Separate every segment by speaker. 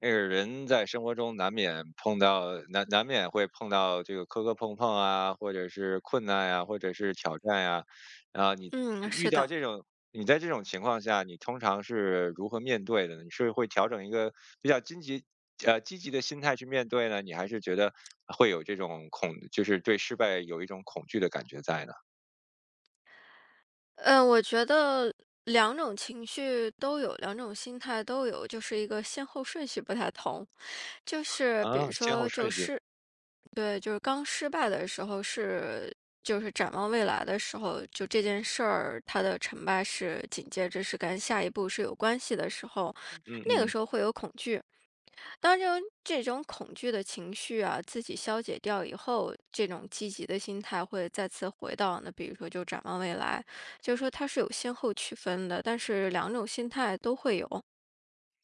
Speaker 1: 那个人在生活中难免会碰到这个磕磕碰碰啊，或者是困难呀、或者是挑战呀、你
Speaker 2: 嗯，
Speaker 1: 遇
Speaker 2: 是
Speaker 1: 到
Speaker 2: 的，
Speaker 1: 这种你在这种情况下，你通常是如何面对的呢？你是会调整一个比较积极积极的心态去面对呢？你还是觉得会有这种就是对失败有一种恐惧的感觉在呢？
Speaker 2: 我觉得两种情绪都有，两种心态都有，就是一个先后顺序不太同。就是比如
Speaker 1: 啊，先后
Speaker 2: 说，
Speaker 1: 顺序，
Speaker 2: 对，就是刚失败的时候是，就是展望未来的时候，就这件事儿它的成败是紧接着是跟下一步是有关系的时候，
Speaker 1: 嗯
Speaker 2: 那个
Speaker 1: 嗯。
Speaker 2: 时候会有恐惧。当然，这种恐惧的情绪啊，自己消解掉以后，这种积极的心态会再次回到那，比如说就展望未来，就是说它是有先后区分的，但是两种心态都会有。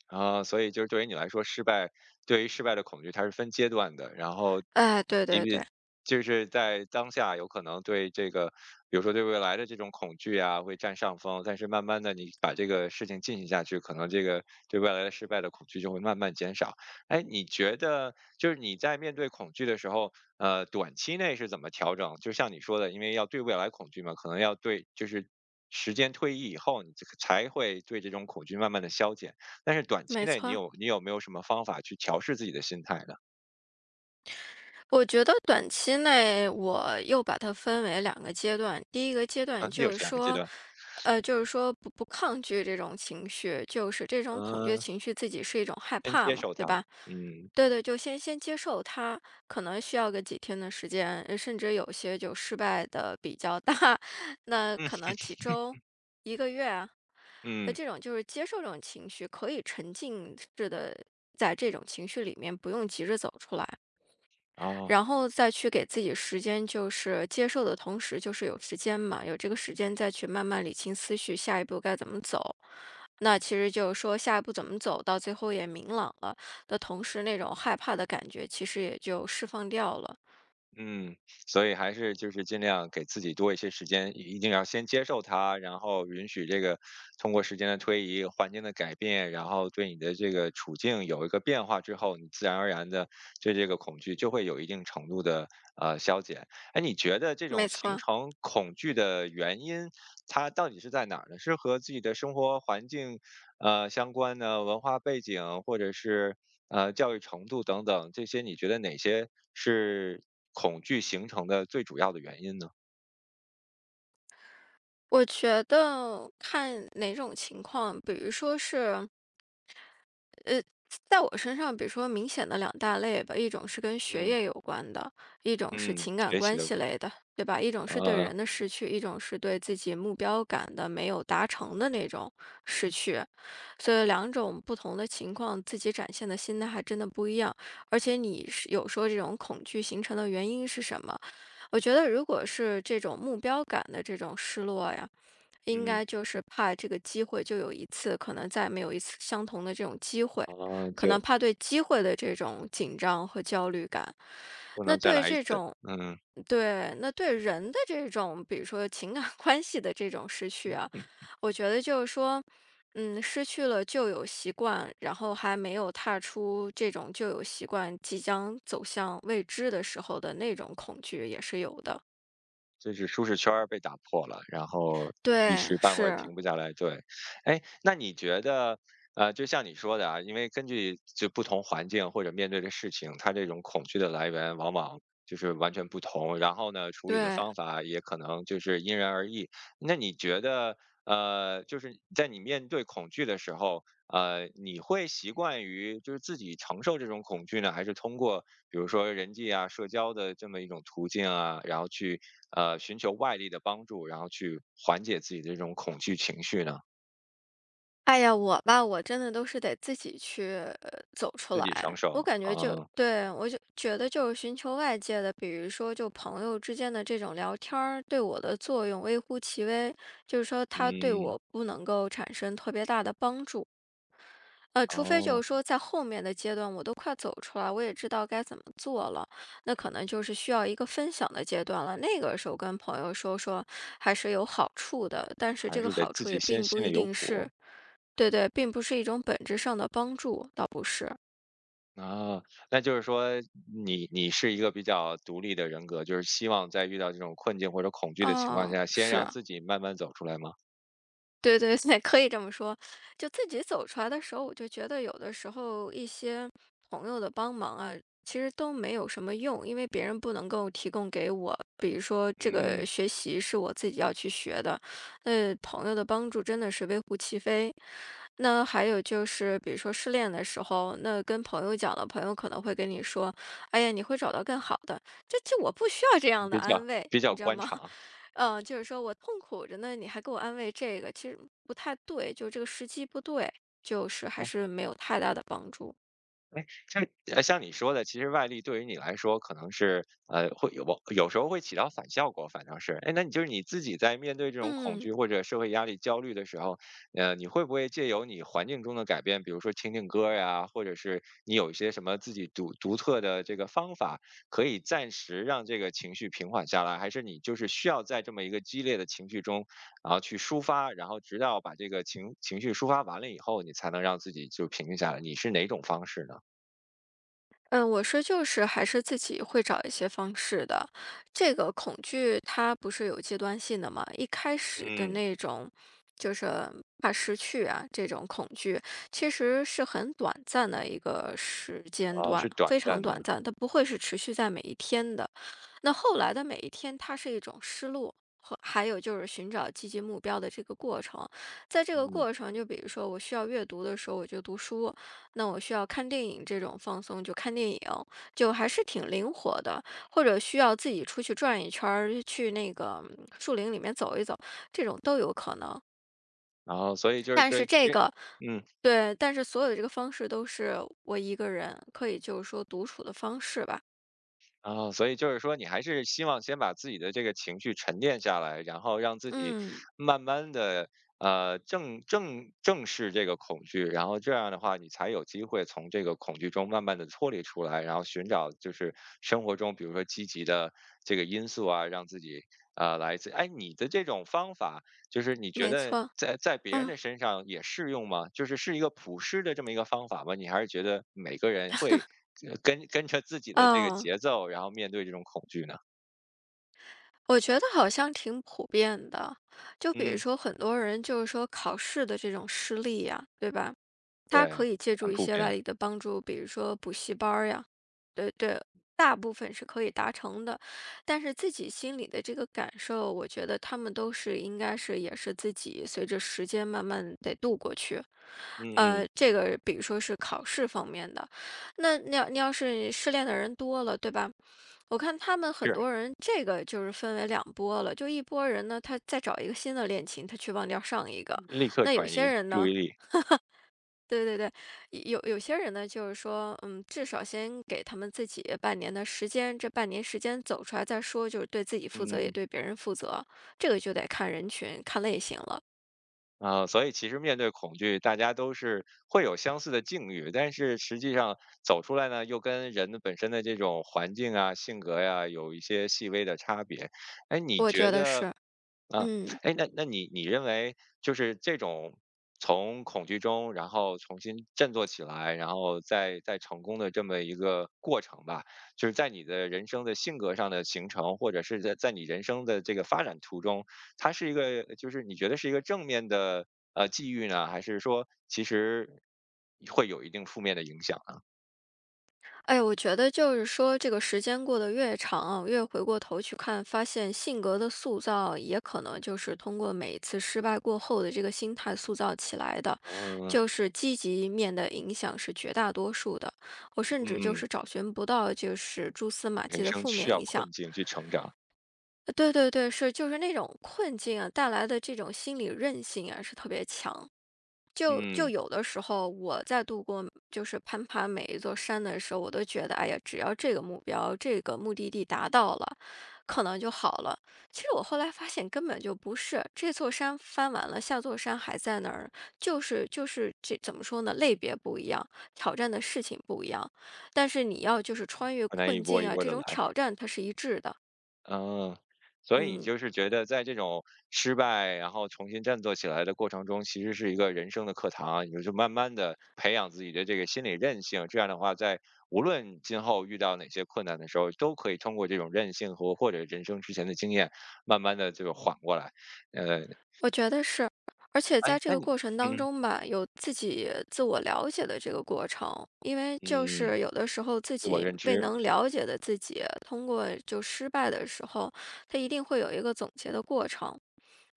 Speaker 1: 啊，所以就是对于你来说，对于失败的恐惧它是分阶段的，然后
Speaker 2: 哎，对对对，
Speaker 1: 就是在当下有可能对这个，比如说对未来的这种恐惧啊，会占上风。但是慢慢的，你把这个事情进行下去，可能这个对未来的失败的恐惧就会慢慢减少。哎，你觉得就是你在面对恐惧的时候，短期内是怎么调整？就像你说的，因为要对未来恐惧嘛，可能要对就是时间推移以后，你这个才会对这种恐惧慢慢的消减。但是短期
Speaker 2: 没
Speaker 1: 内，你
Speaker 2: 错。
Speaker 1: 有你有没有什么方法去调试自己的心态呢？
Speaker 2: 我觉得短期内我又把它分为两个阶段，第一个阶
Speaker 1: 啊，
Speaker 2: 段
Speaker 1: 又
Speaker 2: 就
Speaker 1: 是
Speaker 2: 是
Speaker 1: 两个阶
Speaker 2: 说。
Speaker 1: 段。
Speaker 2: 就是说不抗拒这种情绪，就是这种恐惧的
Speaker 1: 嗯、
Speaker 2: 情绪，自己是一种害
Speaker 1: 先
Speaker 2: 怕
Speaker 1: 接
Speaker 2: 嘛，
Speaker 1: 受
Speaker 2: 对
Speaker 1: 它，
Speaker 2: 吧？
Speaker 1: 嗯，
Speaker 2: 对对，就先接受它，可能需要个几天的时间，甚至有些就失败的比较大，那
Speaker 1: 嗯，
Speaker 2: 可能几周、一个月啊，
Speaker 1: 嗯，
Speaker 2: 这种就是接受这种情绪，可以沉浸式的在这种情绪里面，不用急着走出来。
Speaker 1: 哦，
Speaker 2: 然后再去给自己时间，就是接受的同时，就是有时间嘛，有这个时间再去慢慢理清思绪，下一步该怎么走。那其实就是说，下一步怎么走到最后也明朗了的同时，那种害怕的感觉其实也就释放掉了。
Speaker 1: 嗯，所以还是就是尽量给自己多一些时间，一定要先接受它，然后允许这个通过时间的推移、环境的改变，然后对你的这个处境有一个变化之后，你自然而然的对这个恐惧就会有一定程度的，消减。哎，你觉得这
Speaker 2: 没
Speaker 1: 种形
Speaker 2: 错，
Speaker 1: 成恐惧的原因，它到底是在哪儿呢？是和自己的生活环境，相关呢？文化背景，或者是教育程度等等，这些你觉得哪些是恐惧形成的最主要的原因呢？
Speaker 2: 我觉得看哪种情况，比如说是在我身上，比如说明显的两大类吧，一种是跟学
Speaker 1: 嗯
Speaker 2: 业有关的，一种是
Speaker 1: 嗯，
Speaker 2: 情感
Speaker 1: 学习
Speaker 2: 关
Speaker 1: 的，
Speaker 2: 系类的，对吧？一种是对
Speaker 1: 呃，
Speaker 2: 人的失去，一种是对自己目标感的没有达成的那种失去。所以两种不同的情况，自己展现的心态还真的不一样。而且你是有说这种恐惧形成的原因是什么？我觉得如果是这种目标感的这种失落呀。应
Speaker 1: 嗯，
Speaker 2: 该就是怕这个机会就有一次，可能再没有一次相同的这种机会，
Speaker 1: 啊，
Speaker 2: 可
Speaker 1: 就
Speaker 2: 能怕对机会的这种紧张和焦虑感。
Speaker 1: 不
Speaker 2: 那
Speaker 1: 能再
Speaker 2: 对
Speaker 1: 来一
Speaker 2: 这
Speaker 1: 次，
Speaker 2: 种
Speaker 1: 嗯。
Speaker 2: 对，那对人的这种，比如说情感 关系的这种失去啊，我觉得就是说，嗯，失去了旧有习惯，然后还没有踏出这种旧有习惯，即将走向未知的时候的那种恐惧也是有的。
Speaker 1: 就是舒适圈儿被打破了，然后一
Speaker 2: 对，
Speaker 1: 时半会儿
Speaker 2: 是，
Speaker 1: 停不下来。对，哎，那你觉得，就像你说的啊，因为根据就不同环境或者面对的事情，它这种恐惧的来源往往就是完全不同，然后呢，处理的
Speaker 2: 对。
Speaker 1: 方法也可能就是因人而异。那你觉得，就是在你面对恐惧的时候，你会习惯于就是自己承受这种恐惧呢，还是通过比如说人际啊、社交的这么一种途径啊，然后去寻求外力的帮助，然后去缓解自己的这种恐惧情绪呢？
Speaker 2: 哎呀，我吧，我真的都是得自己去呃走出
Speaker 1: 自己承
Speaker 2: 来。
Speaker 1: 受
Speaker 2: 我感觉就
Speaker 1: 啊，
Speaker 2: 对我就觉得就是寻求外界的，比如说就朋友之间的这种聊天儿，对我的作用微乎其微，就是说它对
Speaker 1: 嗯，
Speaker 2: 我不能够产生特别大的帮助。除非就
Speaker 1: 哦，
Speaker 2: 是说在后面的阶段，我都快走出来，我也知道该怎么做了，那可能就是需要一个分享的阶段了。那个时候跟朋友说说还是有好处的，但是
Speaker 1: 还
Speaker 2: 这个
Speaker 1: 是得
Speaker 2: 好
Speaker 1: 自
Speaker 2: 处
Speaker 1: 己
Speaker 2: 也
Speaker 1: 先
Speaker 2: 并不
Speaker 1: 心
Speaker 2: 一
Speaker 1: 里有
Speaker 2: 定
Speaker 1: 谱
Speaker 2: 是。
Speaker 1: 啊。
Speaker 2: 对对，并不是一种本质上的帮助，倒不是。
Speaker 1: 那就是说你是一个比较独立的人格，就是希望在遇到这种困境或者恐惧的情况
Speaker 2: 啊，
Speaker 1: 下，先
Speaker 2: 是，
Speaker 1: 让自己慢慢走出来吗？
Speaker 2: 对对对，可以这么说。就自己走出来的时候，我就觉得有的时候一些朋友的帮忙啊，其实都没有什么用，因为别人不能够提供给我。比如说这个
Speaker 1: 嗯，
Speaker 2: 学习是我自己要去学的，朋友的帮助真的是微乎其微。那还有就是，比如说失恋的时候，那跟朋友讲了，朋友可能会跟你说：“哎呀，你会找到更好的。”这我不需要这样的
Speaker 1: 比
Speaker 2: 安
Speaker 1: 较
Speaker 2: 慰，
Speaker 1: 比较
Speaker 2: 你知道
Speaker 1: 观
Speaker 2: 吗？
Speaker 1: 察。
Speaker 2: 嗯，就是说我痛苦着呢，你还给我安慰这个，其实不太对，就这个时机不对，就是还
Speaker 1: 啊。
Speaker 2: 是没有太大的帮助。
Speaker 1: 哎，像像你说的，其实外力对于你来说可能是会有有时候会起到反效果，反正是，哎，那你就是你自己在面对这种恐
Speaker 2: 嗯。
Speaker 1: 惧或者社会压力、焦虑的时候，你会不会借由你环境中的改变，比如说听听歌呀，或者是你有一些什么自己独特的这个方法，可以暂时让这个情绪平缓下来？还是你就是需要在这么一个激烈的情绪中，然后去抒发，然后直到把这个情绪抒发完了以后，你才能让自己就平静下来？你是哪种方式呢？
Speaker 2: 嗯，我说就是还是自己会找一些方式的。这个恐惧它不是有阶段性的嘛，一开始的
Speaker 1: 嗯，
Speaker 2: 那种就是怕失去啊，这种恐惧其实是很短暂的一个时间
Speaker 1: 啊，
Speaker 2: 段，
Speaker 1: 是短
Speaker 2: 非常
Speaker 1: 暂的，
Speaker 2: 短暂，它不会是持续在每一天的。那后来的每一天，它是一种失落。和还有就是寻找积极目标的这个过程，在这个
Speaker 1: 嗯，
Speaker 2: 过程，就比如说我需要阅读的时候，我就读书；那我需要看电影这种放松，就看电影，就还是挺灵活的，或者需要自己出去转一圈儿，去那个树林里面走一走，这种都有可能。
Speaker 1: 然后所以就是
Speaker 2: 但
Speaker 1: 对，
Speaker 2: 是
Speaker 1: 其
Speaker 2: 这
Speaker 1: 实，
Speaker 2: 个，
Speaker 1: 嗯，
Speaker 2: 对，但是所有的这个方式都是我一个人可以就是说独处的方式吧。
Speaker 1: 啊，所以就是说，你还是希望先把自己的这个情绪沉淀下来，然后让自己
Speaker 2: 嗯，
Speaker 1: 慢慢的，正视这个恐惧，然后这样的话，你才有机会从这个恐惧中慢慢的脱离出来，然后寻找就是生活中，比如说积极的这个因素啊，让自己来自，哎，你的这种方法。就是你觉
Speaker 2: 没
Speaker 1: 得
Speaker 2: 错。
Speaker 1: 在别人
Speaker 2: 嗯，
Speaker 1: 的身上也适用吗？就是是一个普适的这么一个方法吗？你还是觉得每个人会跟着自己的这个
Speaker 2: 哦，
Speaker 1: 节奏，然后面对这种恐惧呢？
Speaker 2: 我觉得好像挺普遍的。就比如
Speaker 1: 嗯，
Speaker 2: 说很多人就是说考试的这种失利呀、对吧？他可
Speaker 1: 对，
Speaker 2: 以借
Speaker 1: 很
Speaker 2: 助一
Speaker 1: 普
Speaker 2: 些外
Speaker 1: 遍。
Speaker 2: 力的帮助，比如说补习班儿呀，对对，大部分是可以达成的。但是自己心里的这个感受，我觉得他们都是应该是也是自己随着时间慢慢得度过去。
Speaker 1: 嗯嗯，
Speaker 2: 这个比如说是考试方面的，那你要是失恋的人多了，对吧？我看他们很多
Speaker 1: 是
Speaker 2: 人，这个就是分为两波了。就一波人呢，他再找一个新的恋情，他去忘掉上一个；
Speaker 1: 立刻
Speaker 2: 那有
Speaker 1: 转
Speaker 2: 些
Speaker 1: 移
Speaker 2: 人
Speaker 1: 注
Speaker 2: 呢，
Speaker 1: 意力。
Speaker 2: 对对对，有些人呢，就是说，嗯，至少先给他们自己半年的时间，这半年时间走出来再说，就是对自己负责，也
Speaker 1: 嗯。
Speaker 2: 对别人负责，这个就得看人群、看类型了。
Speaker 1: 啊、所以其实面对恐惧，大家都是会有相似的境遇，但是实际上走出来呢，又跟人的本身的这种环境啊、性格呀、有一些细微的差别。哎，你
Speaker 2: 我
Speaker 1: 觉
Speaker 2: 觉得
Speaker 1: 得
Speaker 2: 是，
Speaker 1: 啊，
Speaker 2: 嗯。
Speaker 1: 哎，那你认为就是这种从恐惧中，然后重新振作起来，然后再成功的这么一个过程吧，就是在你的人生的性格上的形成，或者是在你人生的这个发展途中，它是一个就是你觉得是一个正面的际遇呢，还是说其实会有一定负面的影响呢？
Speaker 2: 哎，我觉得就是说，这个时间过得越长啊，越回过头去看，发现性格的塑造也可能就是通过每一次失败过后的这个心态塑造起来的，
Speaker 1: 嗯嗯
Speaker 2: 就是积极面的影响是绝大多数的。我甚至就
Speaker 1: 嗯，
Speaker 2: 是找寻不到就是蛛丝马迹
Speaker 1: 人
Speaker 2: 的
Speaker 1: 生
Speaker 2: 负
Speaker 1: 需
Speaker 2: 面
Speaker 1: 要
Speaker 2: 影响。
Speaker 1: 困境去成长，
Speaker 2: 对对对，是就是那种困境啊带来的这种心理韧性啊是特别强。就
Speaker 1: 嗯，
Speaker 2: 有的时候我在度过就是攀爬每一座山的时候，我都觉得，哎呀，只要这个目标、这个目的地达到了，可能就好了。其实我后来发现根本就不是，这座山翻完了，下座山还在那儿，就是这怎么说呢？类别不一样，挑战的事情不一样，但是你要就是穿越
Speaker 1: 很难一
Speaker 2: 困
Speaker 1: 波
Speaker 2: 境
Speaker 1: 一
Speaker 2: 啊，
Speaker 1: 波
Speaker 2: 这
Speaker 1: 的
Speaker 2: 种
Speaker 1: 来。
Speaker 2: 挑战它是一致的。
Speaker 1: 嗯，所以
Speaker 2: 嗯。
Speaker 1: 就是觉得在这种失败，然后重新振作起来的过程中，其实是一个人生的课堂啊，也就慢慢的培养自己的这个心理韧性。这样的话，在无论今后遇到哪些困难的时候，都可以通过这种韧性和或者人生之前的经验，慢慢的这个缓过来。呃，
Speaker 2: 我觉得是，而且
Speaker 1: 哎，
Speaker 2: 在这
Speaker 1: 那
Speaker 2: 个
Speaker 1: 你，
Speaker 2: 过程当
Speaker 1: 嗯
Speaker 2: 中吧，有自己自我了解的这个过程，就
Speaker 1: 嗯，
Speaker 2: 是有的时候自
Speaker 1: 自我
Speaker 2: 己
Speaker 1: 认
Speaker 2: 未
Speaker 1: 知，
Speaker 2: 能了解的自己，通过就失败的时候，他一定会有一个总结的过程。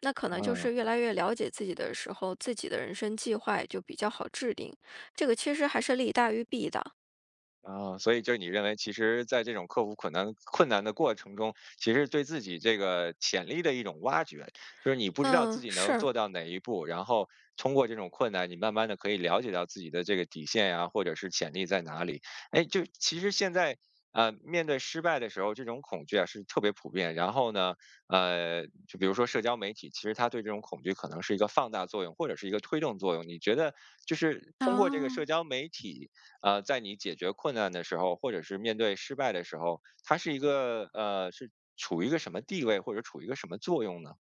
Speaker 2: 那可能就
Speaker 1: 嗯。
Speaker 2: 是越来越了解自己的时候，自己的人生计划也就比较好制定。这个其实还是利大于弊的。
Speaker 1: 啊，所以就是你认为，其实在这种克服困难的过程中，其实对自己这个潜力的一种挖掘，就是你不知道自
Speaker 2: 嗯，
Speaker 1: 己能
Speaker 2: 是。
Speaker 1: 做到哪一步，然后通过这种困难，你慢慢的可以了解到自己的这个底线呀、或者是潜力在哪里。哎，就其实现在。呃，面对失败的时候，这种恐惧啊是特别普遍。然后呢，就比如说社交媒体，其实它对这种恐惧可能是一个放大作用，或者是一个推动作用。你觉得就是通过这个社
Speaker 2: 啊，
Speaker 1: 交媒体，在你解决困难的时候，或者是面对失败的时候，它是一个是处于一个什么地位，或者处于一个什么作用呢？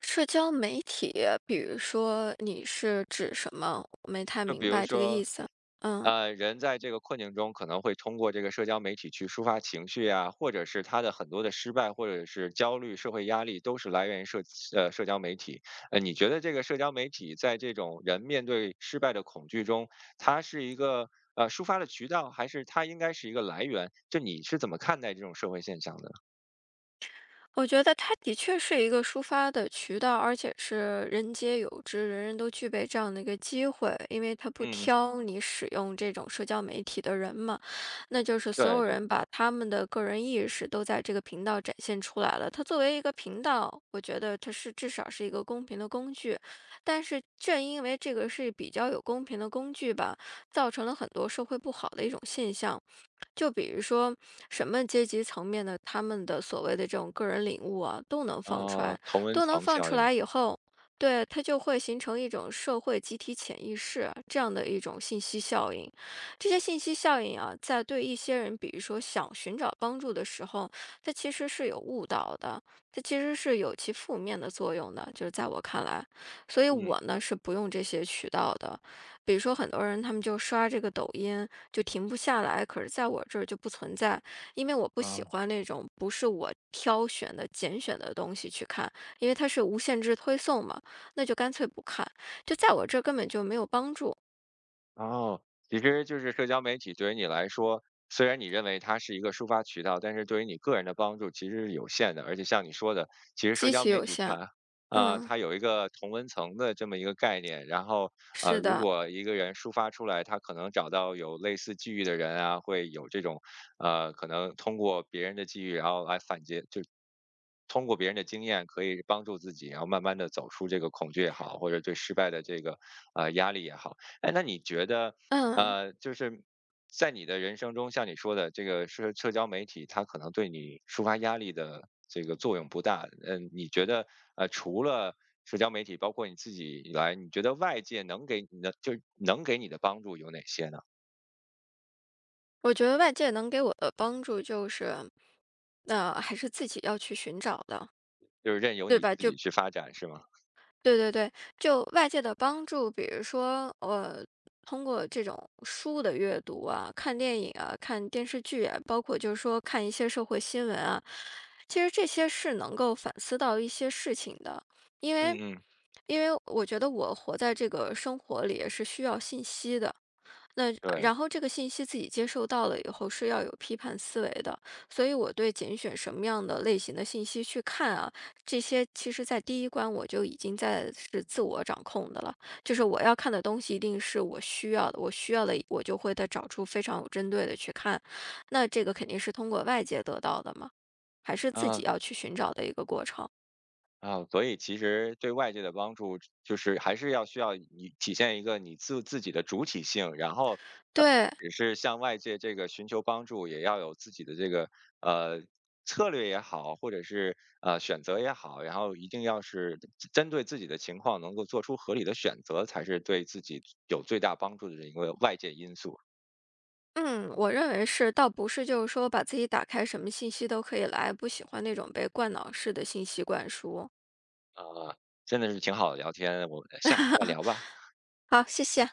Speaker 2: 社交媒体，比如说你是指什么？我没太
Speaker 1: 就比
Speaker 2: 明
Speaker 1: 如
Speaker 2: 白这个
Speaker 1: 说，
Speaker 2: 意思。嗯。
Speaker 1: 人在这个困境中可能会通过这个社交媒体去抒发情绪啊，或者是他的很多的失败，或者是焦虑、社会压力，都是来源于社交媒体。呃，你觉得这个社交媒体在这种人面对失败的恐惧中，它是一个抒发的渠道，还是它应该是一个来源？就你是怎么看待这种社会现象的？
Speaker 2: 我觉得它的确是一个抒发的渠道，而且是人皆有之，人人都具备这样的一个机会，因为它不
Speaker 1: 嗯，
Speaker 2: 挑你使用这种社交媒体的人嘛，那就是所
Speaker 1: 对
Speaker 2: 有
Speaker 1: 对，
Speaker 2: 人把他们的个人意识都在这个频道展现出来了。它作为一个频道，我觉得它是至少是一个公平的工具，但是正因为这个是比较有公平的工具吧，造成了很多社会不好的一种现象。就比如说什么阶级层面的，他们的所谓的这种个人领悟啊，都能放出
Speaker 1: 啊，
Speaker 2: 来，
Speaker 1: 同温
Speaker 2: 都能
Speaker 1: 层
Speaker 2: 放
Speaker 1: 效
Speaker 2: 出
Speaker 1: 应，
Speaker 2: 来以后，对，它就会形成一种社会集体潜意识这样的一种信息效应。这些信息效应啊，在对一些人，比如说想寻找帮助的时候，它其实是有误导的，它其实是有其负面的作用的，就是在我看来，所以
Speaker 1: 嗯，
Speaker 2: 我呢是不用这些渠道的。比如说，很多人他们就刷这个抖音就停不下来，可是在我这儿就不存在，因为我不喜
Speaker 1: 啊，
Speaker 2: 欢那种不是我挑选的、拣选的东西去看，因为它是无限制推送嘛，那就干脆不看，就在我这儿根本就没有帮助，
Speaker 1: 哦，其实就是社交媒体对于你来说，虽然你认为它是一个抒发渠道，但是对于你个人的帮助其实是有限的，而且像你说的，其实社
Speaker 2: 极
Speaker 1: 交
Speaker 2: 其
Speaker 1: 媒
Speaker 2: 有
Speaker 1: 体
Speaker 2: 限。
Speaker 1: 它啊，
Speaker 2: 嗯，
Speaker 1: 它有一个同温层的这么一个概念，然后
Speaker 2: 是
Speaker 1: 如
Speaker 2: 的，
Speaker 1: 果一个人抒发出来，他可能找到有类似际遇的人啊，会有这种可能通过别人的际遇，然后来反击，就通过别人的经验可以帮助自己，然后慢慢地走出这个恐惧也好，或者对失败的这个，压力也好。哎，那你觉得，
Speaker 2: 嗯，
Speaker 1: 就是在你的人生中，像你说的这个社交媒体，它可能对你抒发压力的这个作用不大。嗯，你觉得，除了社交媒体，包括你自己以来，你觉得外界能给你的帮助有哪些呢？
Speaker 2: 我觉得外界能给我的帮助就是，那、还是自己要去寻找的，
Speaker 1: 就是任由
Speaker 2: 对
Speaker 1: 你
Speaker 2: 吧？
Speaker 1: 自
Speaker 2: 就
Speaker 1: 己去发展是吗？
Speaker 2: 对对对，就外界的帮助，比如说，通过这种书的阅读啊、看电影啊、看电视剧啊，包括就是说看一些社会新闻啊，其实这些是能够反思到一些事情的，因为
Speaker 1: 嗯嗯，
Speaker 2: 因为我觉得我活在这个生活里也是需要信息的，那
Speaker 1: 对，
Speaker 2: 然后这个信息自己接受到了以后是要有批判思维的，所以我对拣选什么样的类型的信息去看啊，这些其实在第一关我就已经在是自我掌控的了，就是我要看的东西一定是我需要的，我需要的我就会再找出非常有针对的去看，那这个肯定是通过外界得到的嘛，还是自己
Speaker 1: 啊。
Speaker 2: 要去寻找的一个过程，
Speaker 1: 啊，所以其实对外界的帮助，就是还是要需要你体现一个你自己的主体性，然后
Speaker 2: 对。
Speaker 1: 也是向外界这个寻求帮助，也要有自己的这个呃策略也好，或者是选择也好，然后一定要是针对自己的情况能够做出合理的选择，才是对自己有最大帮助的一个外界因素。
Speaker 2: 嗯，我认为是，倒不是就是说把自己打开，什么信息都可以来，不喜欢那种被灌脑式的信息灌输。
Speaker 1: 呃，真的是挺好的聊天，我们下次再 聊吧。
Speaker 2: 好，谢谢。